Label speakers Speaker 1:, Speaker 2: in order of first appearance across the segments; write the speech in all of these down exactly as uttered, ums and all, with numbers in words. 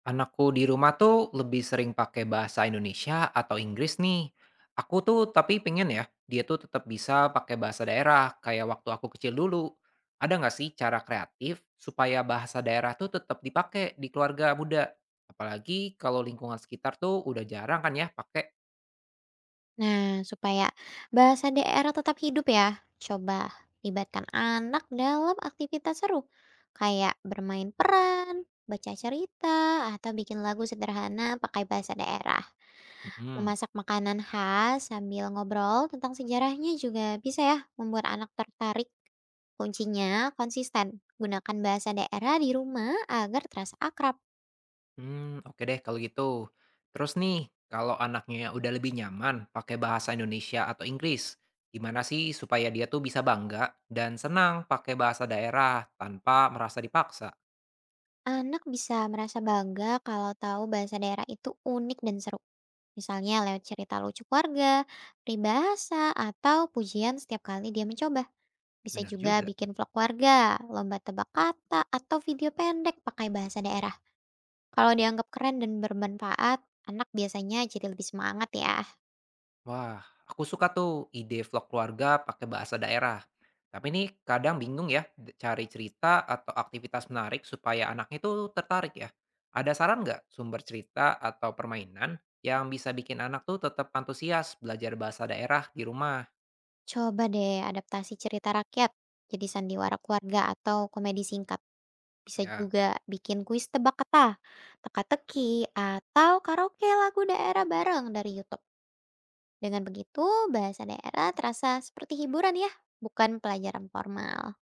Speaker 1: Anakku di rumah tuh lebih sering pakai bahasa Indonesia atau Inggris nih. Aku tuh tapi pengen ya, dia tuh tetap bisa pakai bahasa daerah kayak waktu aku kecil dulu. Ada nggak sih cara kreatif supaya bahasa daerah tuh tetap dipakai di keluarga muda? Apalagi kalau lingkungan sekitar tuh udah jarang kan ya pakai.
Speaker 2: Nah, supaya bahasa daerah tetap hidup ya, coba libatkan anak dalam aktivitas seru, kayak bermain peran, baca cerita, atau bikin lagu sederhana pakai bahasa daerah.
Speaker 1: Mm-mm.
Speaker 2: Memasak makanan khas sambil ngobrol tentang sejarahnya juga bisa ya membuat anak tertarik. Kuncinya konsisten, gunakan bahasa daerah di rumah agar terasa akrab.
Speaker 1: Hmm, oke deh kalau gitu. Terus nih, kalau anaknya udah lebih nyaman pakai bahasa Indonesia atau Inggris, gimana sih supaya dia tuh bisa bangga dan senang pakai bahasa daerah tanpa merasa dipaksa?
Speaker 2: Anak bisa merasa bangga kalau tahu bahasa daerah itu unik dan seru. Misalnya lewat cerita lucu keluarga, peribahasa, atau pujian setiap kali dia mencoba. Bisa
Speaker 1: Bener
Speaker 2: juga
Speaker 1: juga.
Speaker 2: bikin vlog keluarga, lomba tebak kata, atau video pendek pakai bahasa daerah. Kalau dianggap keren dan bermanfaat, anak biasanya jadi lebih semangat ya.
Speaker 1: Wah, aku suka tuh ide vlog keluarga pakai bahasa daerah. Tapi ini kadang bingung ya d- cari cerita atau aktivitas menarik supaya anaknya tuh tertarik ya. Ada saran nggak sumber cerita atau permainan yang bisa bikin anak tuh tetap antusias belajar bahasa daerah di rumah?
Speaker 2: Coba deh adaptasi cerita rakyat jadi sandiwara keluarga atau komedi singkat. Bisa
Speaker 1: Ya.
Speaker 2: juga bikin kuis tebak kata, teka-teki, atau karaoke lagu daerah bareng dari YouTube. Dengan begitu, bahasa daerah terasa seperti hiburan ya, bukan pelajaran formal.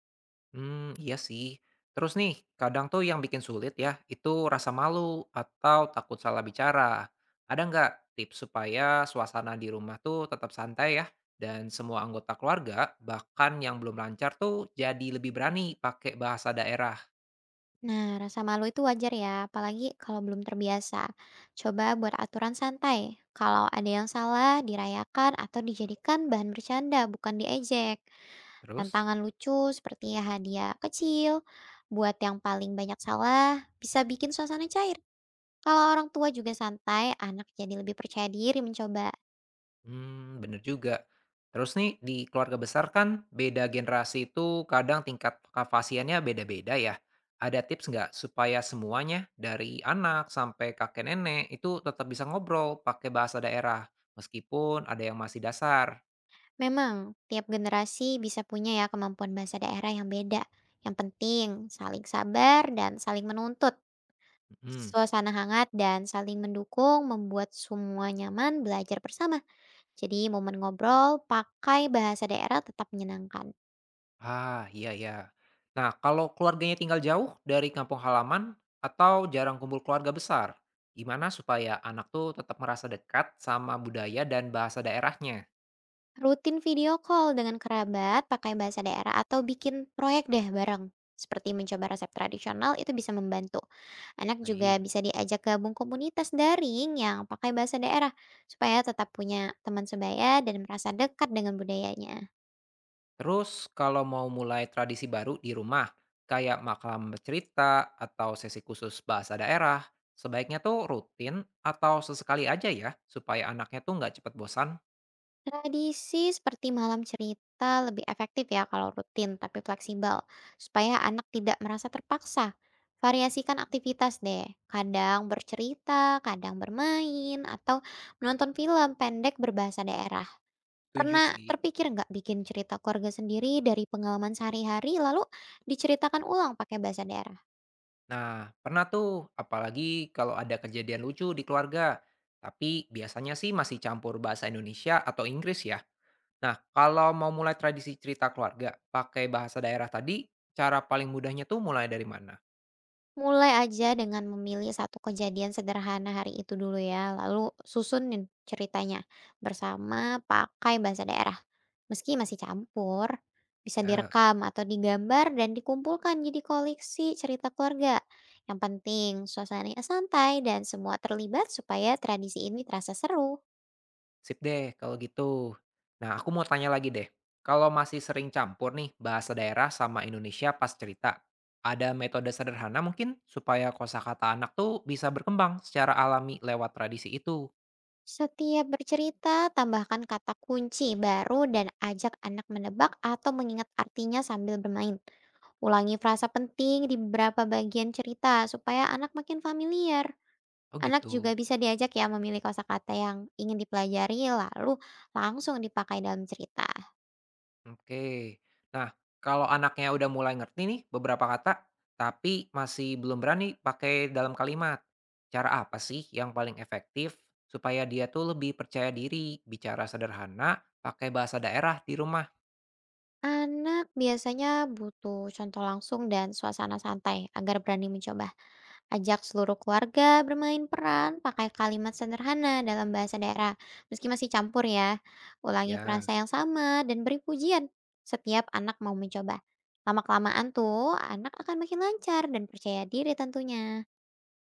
Speaker 1: Hmm, iya sih. Terus nih, kadang tuh yang bikin sulit ya, itu rasa malu atau takut salah bicara. Ada nggak tips supaya suasana di rumah tuh tetap santai ya, dan semua anggota keluarga, bahkan yang belum lancar tuh jadi lebih berani pakai bahasa daerah?
Speaker 2: Nah, rasa malu itu wajar ya, apalagi kalau belum terbiasa. Coba buat aturan santai. Kalau ada yang salah, dirayakan atau dijadikan bahan bercanda, bukan diejek.
Speaker 1: Terus?
Speaker 2: Tantangan lucu seperti hadiah kecil, buat yang paling banyak salah, bisa bikin suasana cair. Kalau orang tua juga santai, anak jadi lebih percaya diri mencoba.
Speaker 1: Mmm, bener juga. Terus nih, di keluarga besar kan beda generasi itu kadang tingkat kefasihannya beda-beda ya. Ada tips nggak supaya semuanya dari anak sampai kakek nenek itu tetap bisa ngobrol pakai bahasa daerah meskipun ada yang masih dasar?
Speaker 2: Memang, tiap generasi bisa punya ya kemampuan bahasa daerah yang beda. Yang penting, saling sabar dan saling menuntut.
Speaker 1: Mhm.
Speaker 2: Suasana hangat dan saling mendukung membuat semua nyaman belajar bersama. Jadi, momen ngobrol pakai bahasa daerah tetap menyenangkan.
Speaker 1: Ah, iya ya. Nah, kalau keluarganya tinggal jauh dari kampung halaman atau jarang kumpul keluarga besar, gimana supaya anak tuh tetap merasa dekat sama budaya dan bahasa daerahnya?
Speaker 2: Rutin video call dengan kerabat, pakai bahasa daerah, atau bikin proyek deh bareng. Seperti mencoba resep tradisional itu bisa membantu. Anak juga
Speaker 1: Baik.
Speaker 2: bisa diajak gabung komunitas daring yang pakai bahasa daerah supaya tetap punya teman sebaya dan merasa dekat dengan budayanya.
Speaker 1: Terus kalau mau mulai tradisi baru di rumah, kayak makan bercerita atau sesi khusus bahasa daerah, sebaiknya tuh rutin atau sesekali aja ya, supaya anaknya tuh nggak cepet bosan.
Speaker 2: Tradisi seperti malam cerita lebih efektif ya kalau rutin tapi fleksibel, supaya anak tidak merasa terpaksa. Variasikan aktivitas deh, kadang bercerita, kadang bermain, atau menonton film pendek berbahasa daerah.
Speaker 1: Setuju
Speaker 2: Pernah
Speaker 1: sih.
Speaker 2: terpikir nggak bikin cerita keluarga sendiri dari pengalaman sehari-hari lalu diceritakan ulang pakai bahasa daerah?
Speaker 1: Nah, pernah tuh, apalagi kalau ada kejadian lucu di keluarga, tapi biasanya sih masih campur bahasa Indonesia atau Inggris ya. Nah, kalau mau mulai tradisi cerita keluarga pakai bahasa daerah tadi, cara paling mudahnya tuh mulai dari mana?
Speaker 2: Mulai aja dengan memilih satu kejadian sederhana hari itu dulu ya, lalu susunin ceritanya bersama pakai bahasa daerah. Meski masih campur, bisa
Speaker 1: Ya.
Speaker 2: direkam atau digambar dan dikumpulkan jadi koleksi cerita keluarga. Yang penting suasananya santai dan semua terlibat supaya tradisi ini terasa seru.
Speaker 1: Sip deh kalau gitu. Nah, aku mau tanya lagi deh. Kalau masih sering campur nih bahasa daerah sama Indonesia pas cerita, ada metode sederhana mungkin supaya kosakata anak tuh bisa berkembang secara alami lewat tradisi itu.
Speaker 2: Setiap bercerita, tambahkan kata kunci baru dan ajak anak menebak atau mengingat artinya sambil bermain. Ulangi frasa penting di beberapa bagian cerita supaya anak makin familiar.
Speaker 1: Oh
Speaker 2: Anak juga
Speaker 1: gitu.
Speaker 2: bisa diajak ya memilih kosakata yang ingin dipelajari lalu langsung dipakai dalam cerita.
Speaker 1: Oke. Nah, kalau anaknya udah mulai ngerti nih beberapa kata, tapi masih belum berani pakai dalam kalimat. Cara apa sih yang paling efektif supaya dia tuh lebih percaya diri bicara sederhana pakai bahasa daerah di rumah?
Speaker 2: Anak biasanya butuh contoh langsung dan suasana santai agar berani mencoba. Ajak seluruh keluarga bermain peran pakai kalimat sederhana dalam bahasa daerah, meski masih campur ya. Ulangi
Speaker 1: Ya.
Speaker 2: frasa yang sama dan beri pujian setiap anak mau mencoba. Lama-kelamaan tuh, anak akan makin lancar dan percaya diri tentunya.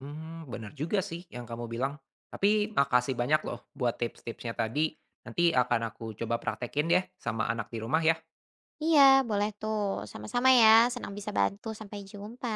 Speaker 1: Hmm, bener juga sih yang kamu bilang. Tapi makasih banyak loh buat tips-tipsnya tadi. Nanti akan aku coba praktekin deh sama anak di rumah ya.
Speaker 2: Iya, boleh tuh. Sama-sama ya, senang bisa bantu. Sampai jumpa.